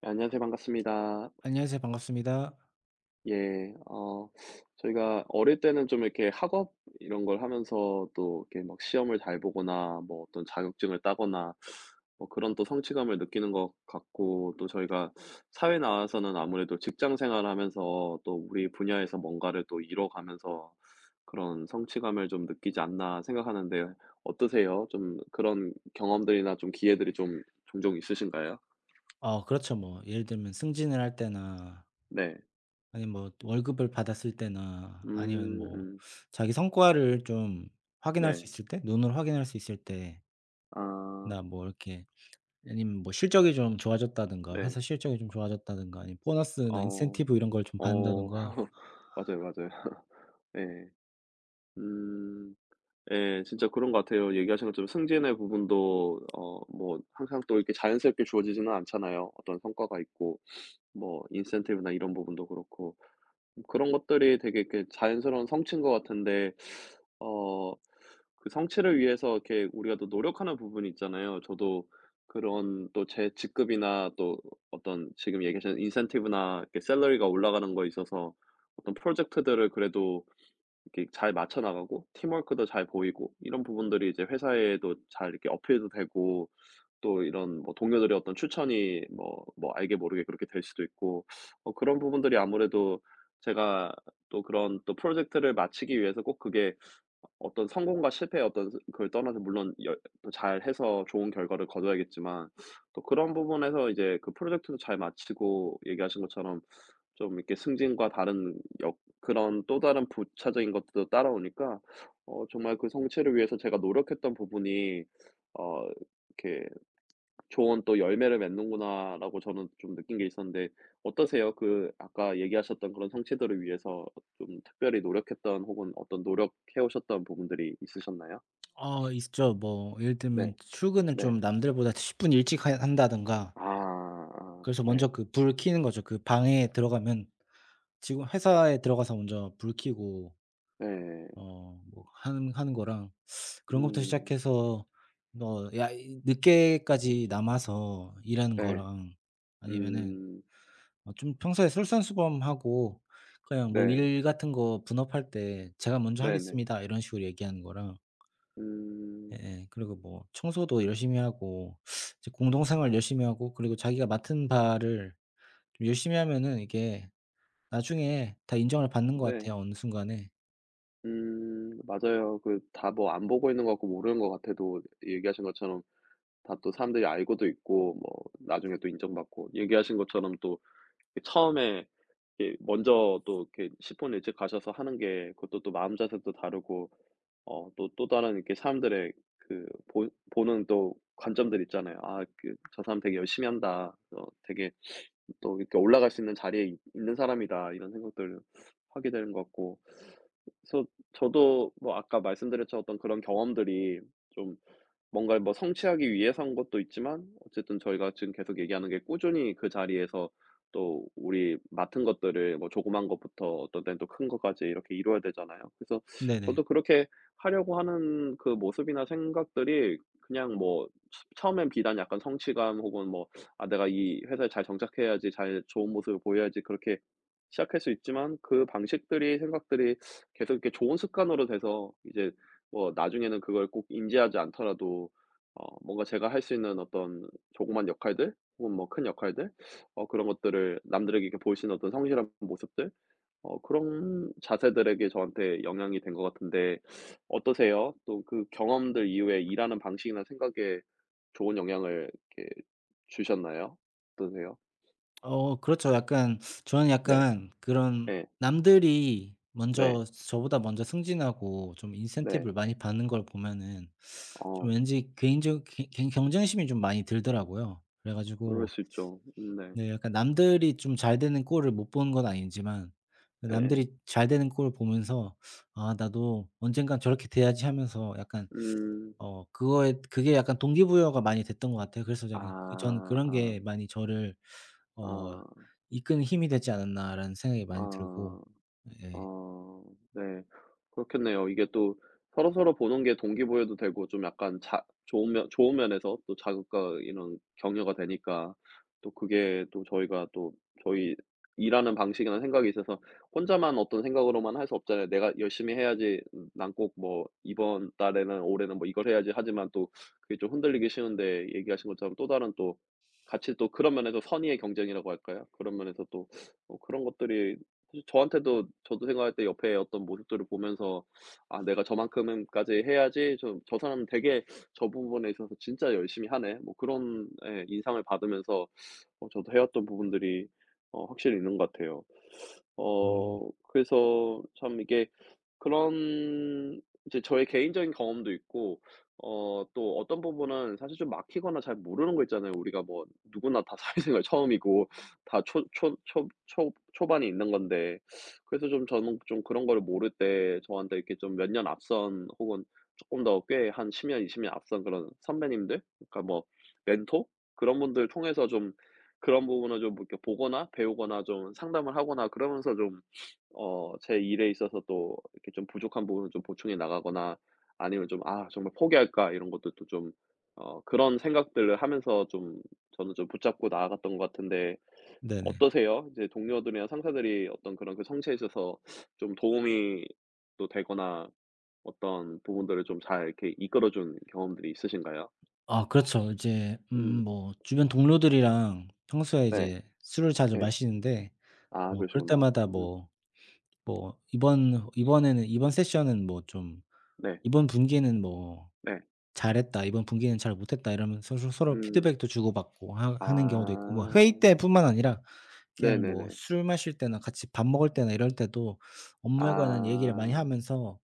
네, 안녕하세요. 반갑습니다. 안녕하세요. 반갑습니다. 예. 저희가 어릴 때는 좀 이렇게 학업 이런 걸 하면서 또 이렇게 막 시험을 잘 보거나 뭐 어떤 자격증을 따거나 뭐 그런 또 성취감을 느끼는 것 같고 또 저희가 사회 나와서는 아무래도 직장 생활하면서 또 '우리 분야에서 뭔가를 또 이뤄가면서 그런 성취감을 좀 느끼지 않나.' 생각하는데 어떠세요? 좀 그런 경험들이나 좀 기회들이 좀 종종 있으신가요? 그렇죠, 뭐. 예를 들면 승진을 할 때나 네. 아니면 뭐 월급을 받았을 때나 아니면 음 뭐 음. 자기 성과를 좀 확인할 네. 수 있을 때, 눈으로 확인할 수 있을 때나 아 뭐 이렇게, 아니면 뭐 실적이 좀 좋아졌다든가, 네. 회사 실적이 좀 좋아졌다든가, 아니면 보너스나 어. 인센티브 이런 걸 좀 어. 받는다든가. 맞아요, 맞아요. 예. 음. 예. 진짜 그런 것 같아요. 얘기하신 것처럼 승진의 부분도 뭐 항상 또 이렇게 자연스럽게 주어지지는 않잖아요. 어떤 성과가 있고 뭐 인센티브나 이런 부분도 그렇고. 그런 것들이 되게 이렇게 자연스러운 성취인 것 같은데 어 그 성취를 위해서 이렇게 우리가 또 노력하는 부분이 있잖아요. 저도 그런 또 제 직급이나 또 어떤 지금 얘기하신 인센티브나 이렇게 셀러리가 올라가는 거에 있어서 어떤 프로젝트들을 그래도 이렇게 잘 맞춰 나가고 팀워크도 잘 보이고 이런 부분들이 이제 회사에도 잘 이렇게 어필도 되고 또 이런 뭐 동료들의 어떤 추천이 뭐 뭐 알게 모르게 그렇게 될 수도 있고 그런 부분들이 아무래도 제가 또 그런 또 프로젝트를 마치기 위해서 꼭 그게 어떤 성공과 실패의 어떤 스 그걸 떠나서 물론 여 또 잘해서 좋은 결과를 거둬야겠지만 또 그런 부분에서 이제 그 프로젝트도 잘 마치고 얘기하신 것처럼 좀 이렇게 승진과 다른 역 그런 또 다른 부차적인 것들도 따라오니까 정말 그 성취를 위해서 제가 노력했던 부분이 어 이렇게 좋은 또 열매를 맺는구나라고 저는 좀 느낀 게 있었는데 어떠세요? 그 아까 얘기하셨던 그런 성취들을 위해서 좀 특별히 노력했던 혹은 어떤 노력해 오셨던 부분들이 있으셨나요? 있죠. 뭐 예를 들면 네. 출근을 네. 좀 남들보다 10분 일찍 하 한다든가, 아 아 그래서 네. 먼저 그 불을 켜는 거죠. 그 방에 들어가면 지금 회사에 들어가서 먼저 불 켜고 네. 어 뭐 하는 거랑 그런 것부터 음. 시작해서, 뭐 야 이 늦게까지 남아서 일하는 네. 거랑, 아니면은 음. 좀 평소에 솔선수범하고, 그냥 뭐 네. 일 같은 거 분업할 때 "제가 먼저 네네. 하겠습니다." 이런 식으로 얘기하는 거랑, 음. 예예, 그리고 뭐 청소도 열심히 하고 이제 공동생활 열심히 하고, 그리고 자기가 맡은 바를 좀 열심히 하면은 이게 나중에 다 인정을 받는 것 네. 같아요, 어느 순간에. 음. 맞아요. 그 다 뭐 안 보고 있는 것 같고 모르는 것 같아도 얘기하신 것처럼 다 또 사람들이 알고도 있고 뭐 나중에 또 인정받고 얘기하신 것처럼 또 그 처음에 이렇게 먼저 또 이렇게 시폰 일찍 가셔서 하는 게 그것도 또 마음 자세도 다르고 또 또 다른 이렇게 사람들의 그 보 보는 또 관점들 있잖아요. '아 그 저 사람 되게 열심히 한다. 어 되게 또 이렇게 '올라갈 수 있는 자리에 있 있는 사람이다.' 이런 생각들을 하게 되는 것 같고 그래서 저도 뭐 아까 말씀드렸죠. 어떤 그런 경험들이 좀 뭔가를 뭐 성취하기 위해서 한 것도 있지만 어쨌든 저희가 지금 계속 얘기하는 게 꾸준히 그 자리에서 또 우리 맡은 것들을 뭐 조그만 것부터 어떤 때는 또 큰 것까지 이렇게 이루어야 되잖아요. 그래서 네네. 저도 그렇게 하려고 하는 그 모습이나 생각들이 그냥 뭐 처 처음엔 비단 약간 성취감 혹은 뭐 '아 내가 이 회사에 잘 정착해야지. 잘 좋은 모습을 보여야지.' 그렇게 시작할 수 있지만 그 방식들이 생각들이 계속 이렇게 좋은 습관으로 돼서 이제 뭐 나중에는 그걸 꼭 인지하지 않더라도 뭔가 제가 할 수 있는 어떤 조그만 역할들 혹은 뭐 큰 역할들 그런 것들을 남들에게 이렇게 보일 수 있는 어떤 성실한 모습들 그런 자세들에게 저한테 영향이 된 것 같은데 어떠세요? 또 그 경험들 이후에 일하는 방식이나 생각에 좋은 영향을 이렇게 주셨나요? 어떠세요? 그렇죠. 약간, 저는 네. 약간 그런 네 남들이 네. 먼저, 저보다 먼저 승진하고 좀 네. 인센티브를 많이 받는 걸 보면은 좀 어 왠지 개인적 개 개 경쟁심이 좀 많이 들더라고요. 그래 그럴 가지고, 수 있죠. 네. 네 약간 남들이 좀 잘 되는 꼴을 못 보는 건 아니지만 그 예예. 남들이 잘 되는 꼴을 보면서 '아 나도 언젠간 저렇게 돼야지.' 하면서 약간 음. 그거에 그게 약간 동기부여가 많이 됐던 것 같아요. 그래서 약간 그 저는 아. 그런 아. 게 많이 저를 어 아. 이끄는 힘이 되지 않았나라는 생각이 많이 들고. 아. 예. 아 네. 그렇겠네요. 이게 또 서로서로 보는 게 동기부여도 되고 좀 약간 자 좋은 면 좋은 면에서 또 자극과 이런 격려가 되니까 또 그게 또 저희가 또 저희 일하는 방식이나 생각이 있어서 혼자만 어떤 생각으로만 할 수 없잖아요. '내가 열심히 해야지. 난 꼭 뭐 이번 달에는 올해는 뭐 이걸 해야지.' 하지만 또 그게 좀 흔들리기 쉬운데 얘기하신 것처럼 또 다른 또 같이 또 그런 면에서 선의의 경쟁이라고 할까요? 그런 면에서 또 그런 것들이 사실 저한테도 저도 생각할 때 옆에 어떤 모습들을 보면서 '아 내가 저만큼까지 해야지. 좀 저 사람은 되게 저 부분에 있어서 진짜 열심히 하네.' 뭐 그런 예 인상을 받으면서 저도 해왔던 부분들이 확실히 있는 것 같아요. 음. 그래서 참 이게 그런 이제 저의 개인적인 경험도 있고 또 어떤 부분은 사실 좀 막히거나 잘 모르는 거 있잖아요. 우리가 뭐 누구나 다 사회생활 처음이고 다 초 초 초 초 초반에 있는 건데 그래서 좀 저는 좀 그런 거를 모를 때 저한테 이렇게 좀 몇 년 앞선 혹은 쪼끔 더 꽤 한 10 년, 20년 앞선 그런 선배님들 그러니까 뭐 멘토 그런 분들 통해서 좀 그런 부분을 좀 이렇게 보거나 배우거나 좀 상담을 하거나 그러면서 좀 제 일에 있어서 또 이렇게 좀 부족한 부분을 좀 보충해 나가거나 아니면 좀 '아 정말 포기할까.' 이런 것도 또 좀 그런 생각들을 하면서 좀 저는 좀 붙잡고 나아갔던 것 같은데 네네. 어떠세요? 이제 동료들이나 상사들이 어떤 그런 그 성취에 있어서 좀 도움이 또 되거나 어떤 부분들을 좀 잘 이렇게 이끌어 준 경험들이 있으신가요? 아 그렇죠. 이제 음 뭐 주변 동료들이랑 평소에 네. 이제 술을 자주 네 마시는데, 아 뭐 그럴 그러시구나. 때마다 음 뭐 "이번에는 이번 세션은 뭐 좀 네. 이번 분기에는 뭐 네. 잘했다. 이번 분기에는 잘 못했다." 이러면서 서 서로 음. 피드백도 주고받고 하 하는 경우도 있고, 뭐 회의 아. 때뿐만 아 아니라 그냥 뭐 네네네. 술 마실 때나 같이 밥 먹을 때나 이럴 때도 업무에 관한 얘기를 많이 아. 하면서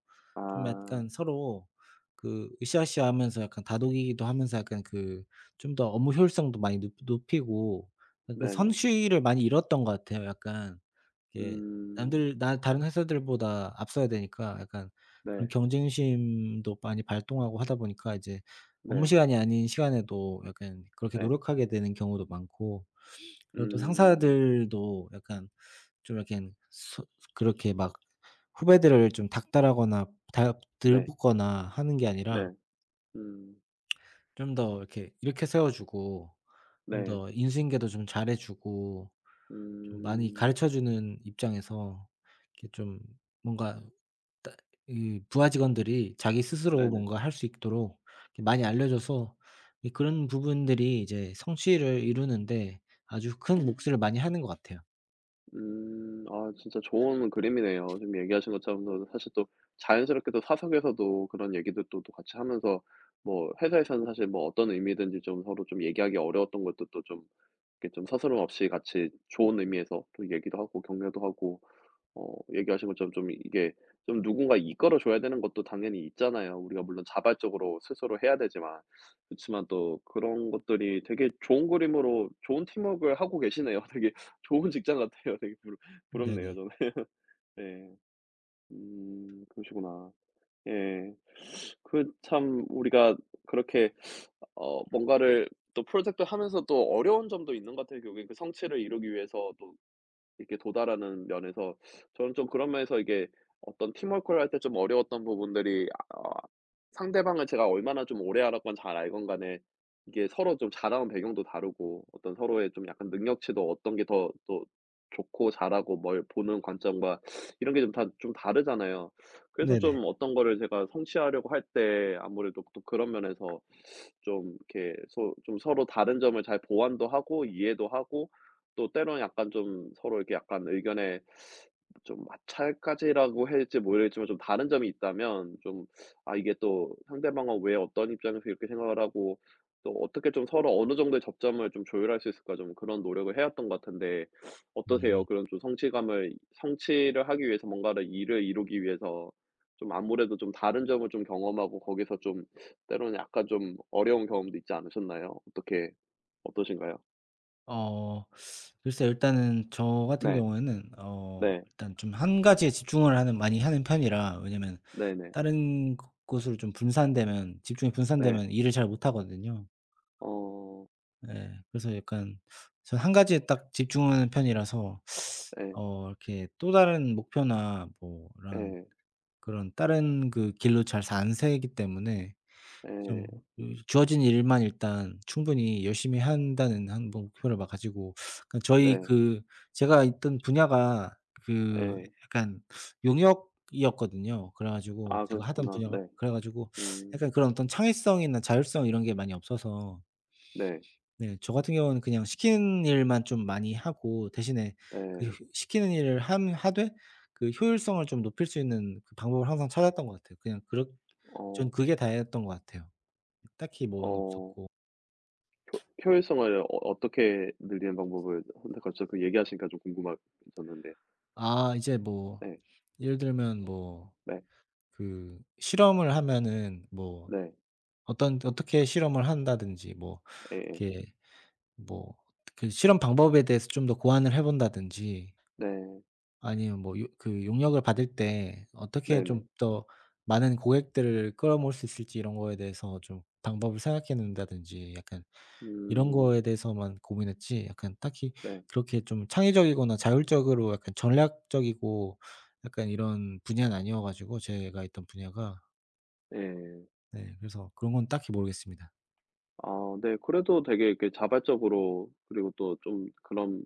좀 아. 약간 서로 그 으쌰으쌰하면서 약간 다독이기도 하면서, 약간 그 좀 더 업무 효율성도 많이 높 높이고, 그 네네. 선수위를 많이 잃었던 것 같아요. 약간 이게 음. 남들 나 다른 회사들보다 앞서야 되니까, 약간 그런 네. 경쟁심도 많이 발동하고 하다 보니까 이제 업무 네. 시간이 아닌 시간에도 약간 그렇게 네. 노력하게 되는 경우도 많고, 그리고 또 음. 상사들도 약간 좀 이렇게 소 그렇게 막 후배들을 좀 닥달하거나 다 네. 들붙거나 하는 게 아니라 네. 음. 좀 더 이렇게 세워 주고, 좀 네. 더 인수인계도 좀 잘해 주고, 좀 많이 음. 가르쳐 주는 입장에서 이렇게 좀 뭔가 따 이 부하 직원들이 자기 스스로 네네. 뭔가 할 수 있도록 이렇게 많이 알려줘서, 이 그런 부분들이 이제 성취를 이루는데 아주 큰 몫을 많이 하는 것 같아요. 음. 아 진짜 좋은 그림이네요. 지금 얘기하신 것처럼도 사실 또 자연스럽게 또 사석에서도 그런 얘기도 또 또 같이 하면서 뭐 회사에서는 사실 뭐 어떤 의미든지 좀 서로 좀 얘기하기 어려웠던 것도 또좀 이렇게 좀 서스럼 없이 같이 좋은 의미에서 또 얘기도 하고 격려도 하고 얘기하신 것처럼 좀 이게 좀 누군가 이끌어 줘야 되는 것도 당연히 있잖아요. 우리가 물론 자발적으로 스스로 해야 되지만. 그치만 또 그런 것들이 되게 좋은 그림으로 좋은 팀워크를 하고 계시네요. 되게 좋은 직장 같아요. 되게 부러 부럽네요 네네. 저는. 네. 그러시구나. 예. 그 참 우리가 그렇게 뭔가를 또 프로젝트 하면서 또 어려운 점도 있는 것 같아요. 결국엔 그 성취를 이루기 위해서 또 이렇게 도달하는 면에서 저는 좀 그런 면에서 이게 어떤 팀워크를 할 때 좀 어려웠던 부분들이 아, 어 상대방을 제가 얼마나 좀 오래 알았건 잘 알건 간에 이게 서로 좀 자라온 배경도 다르고 어떤 서로의 좀 약간 능력치도 어떤 게 더 또 좋고 잘하고 뭘 보는 관점과 이런 게 좀 다 좀 다르잖아요. 그래서 네네. 좀 어떤 거를 제가 성취하려고 할 때 아무래도 또 그런 면에서 좀 이렇게 소 좀 서로 다른 점을 잘 보완도 하고 이해도 하고 또 때로는 약간 좀 서로 이렇게 약간 의견에 좀 마찰까지라고 해야 될지 모르겠지만 좀 다른 점이 있다면 좀 아 이게 또 상대방은 왜 어떤 입장에서 이렇게 생각을 하고 또 어떻게 좀 서로 어느 정도의 접점을 좀 조율할 수 있을까 좀 그런 노력을 해왔던 것 같은데 어떠세요? 음. 그런 좀 성취감을 성취를 하기 위해서 뭔가를 일을 이루기 위해서 좀 아무래도 좀 다른 점을 좀 경험하고 거기서 좀 때로는 약간 좀 어려운 경험도 있지 않으셨나요? 어떻게 어떠신가요? 어 글쎄요. 일단은 저 같은 네. 경우에는 어 네. 일단 좀 한 가지에 집중을 하는, 많이 하는 편이라. 왜냐면 네네. 다른 곳 곳으로 좀 분산되면, 집중이 네. 분산되면 일을 잘 못하거든요. 어. 예. 그래서 약간 전 한 가지에 딱 집중하는 편이라서 예. 어 이렇게 또 다른 목표나 뭐 이런 예. 그런 다른 그 길로 잘 안 새기 때문에 좀 예. 그 주어진 일만 일단 충분히 열심히 한다는 한 뭐 목표를 막 가지고. 그러니까 저희 네. 그 제가 있던 분야가 그 예. 약간 용역이었거든요. 그래 가지고 아 제가 하던 그러셨구나. 분야가 네. 그래 가지고 음. 약간 그런 어떤 창의성이나 자율성 이런 게 많이 없어서, 네. 네 저 같은 경우는 그냥 시키는 일만 좀 많이 하고 대신에 그 네. 시키는 일을 함 하되 그 효율성을 좀 높일 수 있는 그 방법을 항상 찾았던 것 같아요. 그냥 그렇 전 어. 그게 다였던 것 같아요. 딱히 뭐는 어. 없었고. 효 효율성을 어떻게 늘리는 방법을 선택할지 그 얘기하시니까 좀 궁금해졌는데. 아 이제 뭐 네. 예를 들면 뭐 네. 그 실험을 하면은 뭐 네. 어떤 어떻게 실험을 한다든지 뭐 예예. 이렇게 뭐 그 실험 방법에 대해서 좀 더 고안을 해 본다든지, 네. 아니면 뭐 그 용역을 받을 때 어떻게 네네. 좀 더 많은 고객들을 끌어모을 수 있을지 이런 거에 대해서 좀 방법을 생각해 놓는다든지, 약간 이런 음. 거에 대해서만 고민했지 약간 딱히 네. 그렇게 좀 창의적이거나 자율적으로 약간 전략적이고 약간 이런 분야는 아니어 가지고, 제가 있던 분야가. 예. 네 그래서 그런 건 딱히 모르겠습니다. 아 네. 그래도 되게 이렇게 자발적으로 그리고 또 좀 그런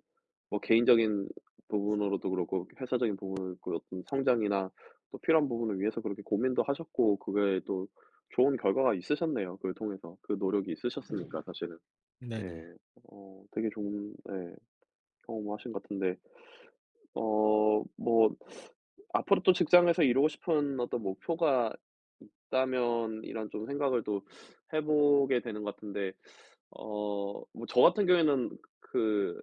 뭐 개인적인 부분으로도 그렇고 회사적인 부분도 있고 어떤 성장이나 또 필요한 부분을 위해서 그렇게 고민도 하셨고 그게 또 좋은 결과가 있으셨네요 그걸 통해서. 그 노력이 네. 있으셨으니까 사실은. 예. 네네. 되게 좋은 예 경험 하신 것 같은데 어 뭐 앞으로 또 직장에서 이루고 싶은 어떤 목표가 있다면 이런 좀 생각을 또 해 보게 되는 것 같은데 뭐 저 같은 경우에는 그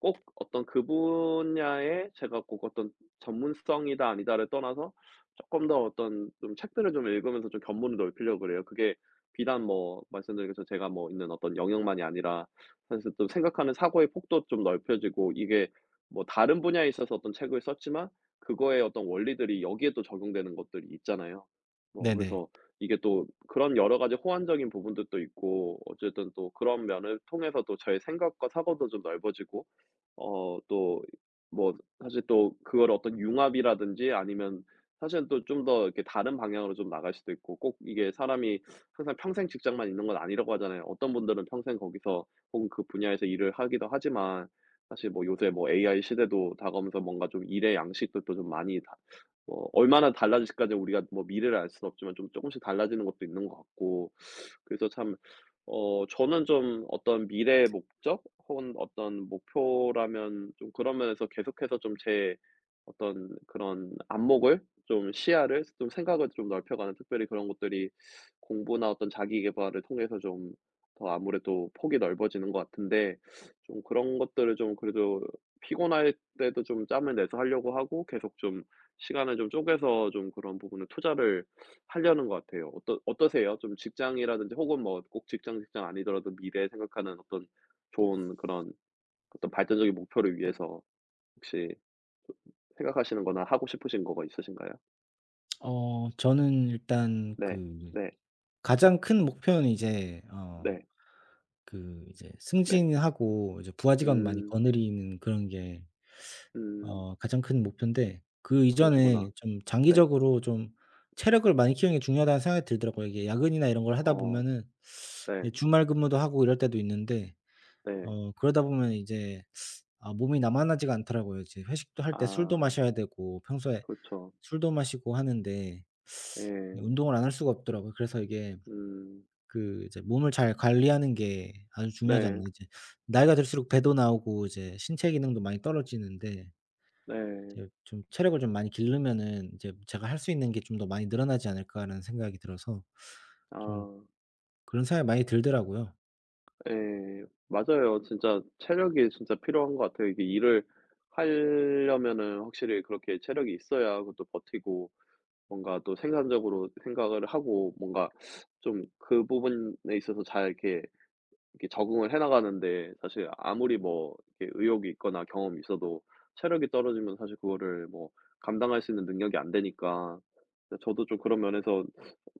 꼭 어떤 그 분야에 제가 꼭 어떤 전문성이다 아니다를 떠나서 조금 더 어떤 좀 책들을 좀 읽으면서 좀 견문을 넓히려고 그래요. 그게 비단 뭐 말씀드린 것처럼 제가 뭐 있는 어떤 영역만이 아니라 사실 또 생각하는 사고의 폭도 좀 넓혀지고 이게 뭐 다른 분야에 있어서 어떤 책을 썼지만 그거의 어떤 원리들이 여기에 또 적용되는 것들이 있잖아요. 뭐 네네. 그래서 이게 또 그런 여러 가지 호환적인 부분들도 있고 어쨌든 또 그런 면을 통해서 또 저의 생각과 사고도 좀 넓어지고 또 뭐 사실 또 그걸 어떤 융합이라든지 아니면 사실은 또 좀 더 이렇게 다른 방향으로 좀 나갈 수도 있고 꼭 이게 사람이 항상 평생 직장만 있는 건 아니라고 하잖아요. 어떤 분들은 평생 거기서 혹은 그 분야에서 일을 하기도 하지만 사실 뭐 요새 뭐 AI 시대도 다가오면서 뭔가 좀 일의 양식도 또 좀 많이 다 뭐 얼마나 달라질까지 우리가 뭐 미래를 알 수는 없지만 좀 조금씩 달라지는 것도 있는 것 같고 그래서 참 저는 좀 어떤 미래의 목적 혹은 어떤 목표라면 좀 그런 면에서 계속해서 좀 제 어떤 그런 안목을 좀 시야를 좀 생각을 좀 넓혀가는 특별히 그런 것들이 공부나 어떤 자기 계발을 통해서 좀 더 아무래도 폭이 넓어지는 것 같은데 좀 그런 것들을 좀 그래도 피곤할 때도 좀 짬을 내서 하려고 하고 계속 좀 시간을 좀 쪼개서 좀 그런 부분을 투자를 하려는 것 같아요. 어떠세요? 좀 직장이라든지 혹은 뭐 꼭 직장, 직장 아니더라도 미래에 생각하는 어떤 좋은 그런 어떤 발전적인 목표를 위해서 혹시 좀 생각하시는 거나 하고 싶으신 거가 있으신가요? 어 저는 일단 네. 그 네. 가장 큰 목표는 이제 어 네. 그 이제 네. 승진하고 이제 부하직원 많이 음. 거느리는 그런 게 음. 어 가장 큰 목표인데, 그 그러시구나. 이전에 좀 네. 장기적으로 좀 체력을 많이 키우는 게 중요하다는 생각이 들더라고요. 이게 야근이나 이런 걸 하다 어. 보면은 네. 예 주말 근무도 하고 이럴 때도 있는데, 네. 어 그러다 보면 이제 아 몸이 나만하지가 않더라고요. 이제 회식도 할 때 술도 아. 마셔야 되고, 평소에 그렇죠. 술도 마시고 하는데 예. 운동을 안 할 수가 없더라고요. 그래서 이게 음. 그 이제 몸을 잘 관리하는 게 아주 중요하지 네. 않나. 이제 나이가 들수록 배도 나오고 이제 신체 기능도 많이 떨어지는데, 네. 이제 좀 체력을 좀 많이 기르면은 이제 제가 할 수 있는 게 좀 더 많이 늘어나지 않을까라는 생각이 들어서 좀 아. 그런 생각이 많이 들더라고요. 예. 맞아요. 진짜 체력이 진짜 필요한 것 같아요. 이게 일을 하려면은 확실히 그렇게 체력이 있어야 그것도 버티고 뭔가 또 생산적으로 생각을 하고 뭔가 좀 그 부분에 있어서 잘 이렇게, 이렇게 적응을 해 나가는데 사실 아무리 뭐 이렇게 의욕이 있거나 경험이 있어도 체력이 떨어지면 사실 그거를 뭐 감당할 수 있는 능력이 안 되니까. 네 저도 좀 그런 면에서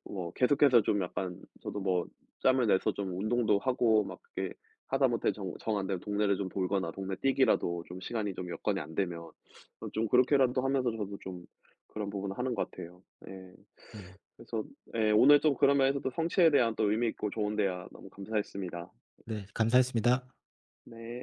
뭐 계속해서 좀 약간 저도 뭐 짬을 내서 좀 운동도 하고 막 그게 하다못해 정 안 되면 동네를 좀 돌거나 동네 뛰기라도 좀 시간이 좀 여건이 안 되면 좀 그렇게라도 하면서 저도 좀 그런 부분을 하는 것 같아요. 예. 네. 그래서 예 오늘 좀 그런 면에서도 성취에 대한 또 의미 있고 좋은 대화 너무 감사했습니다. 네 감사했습니다. 네.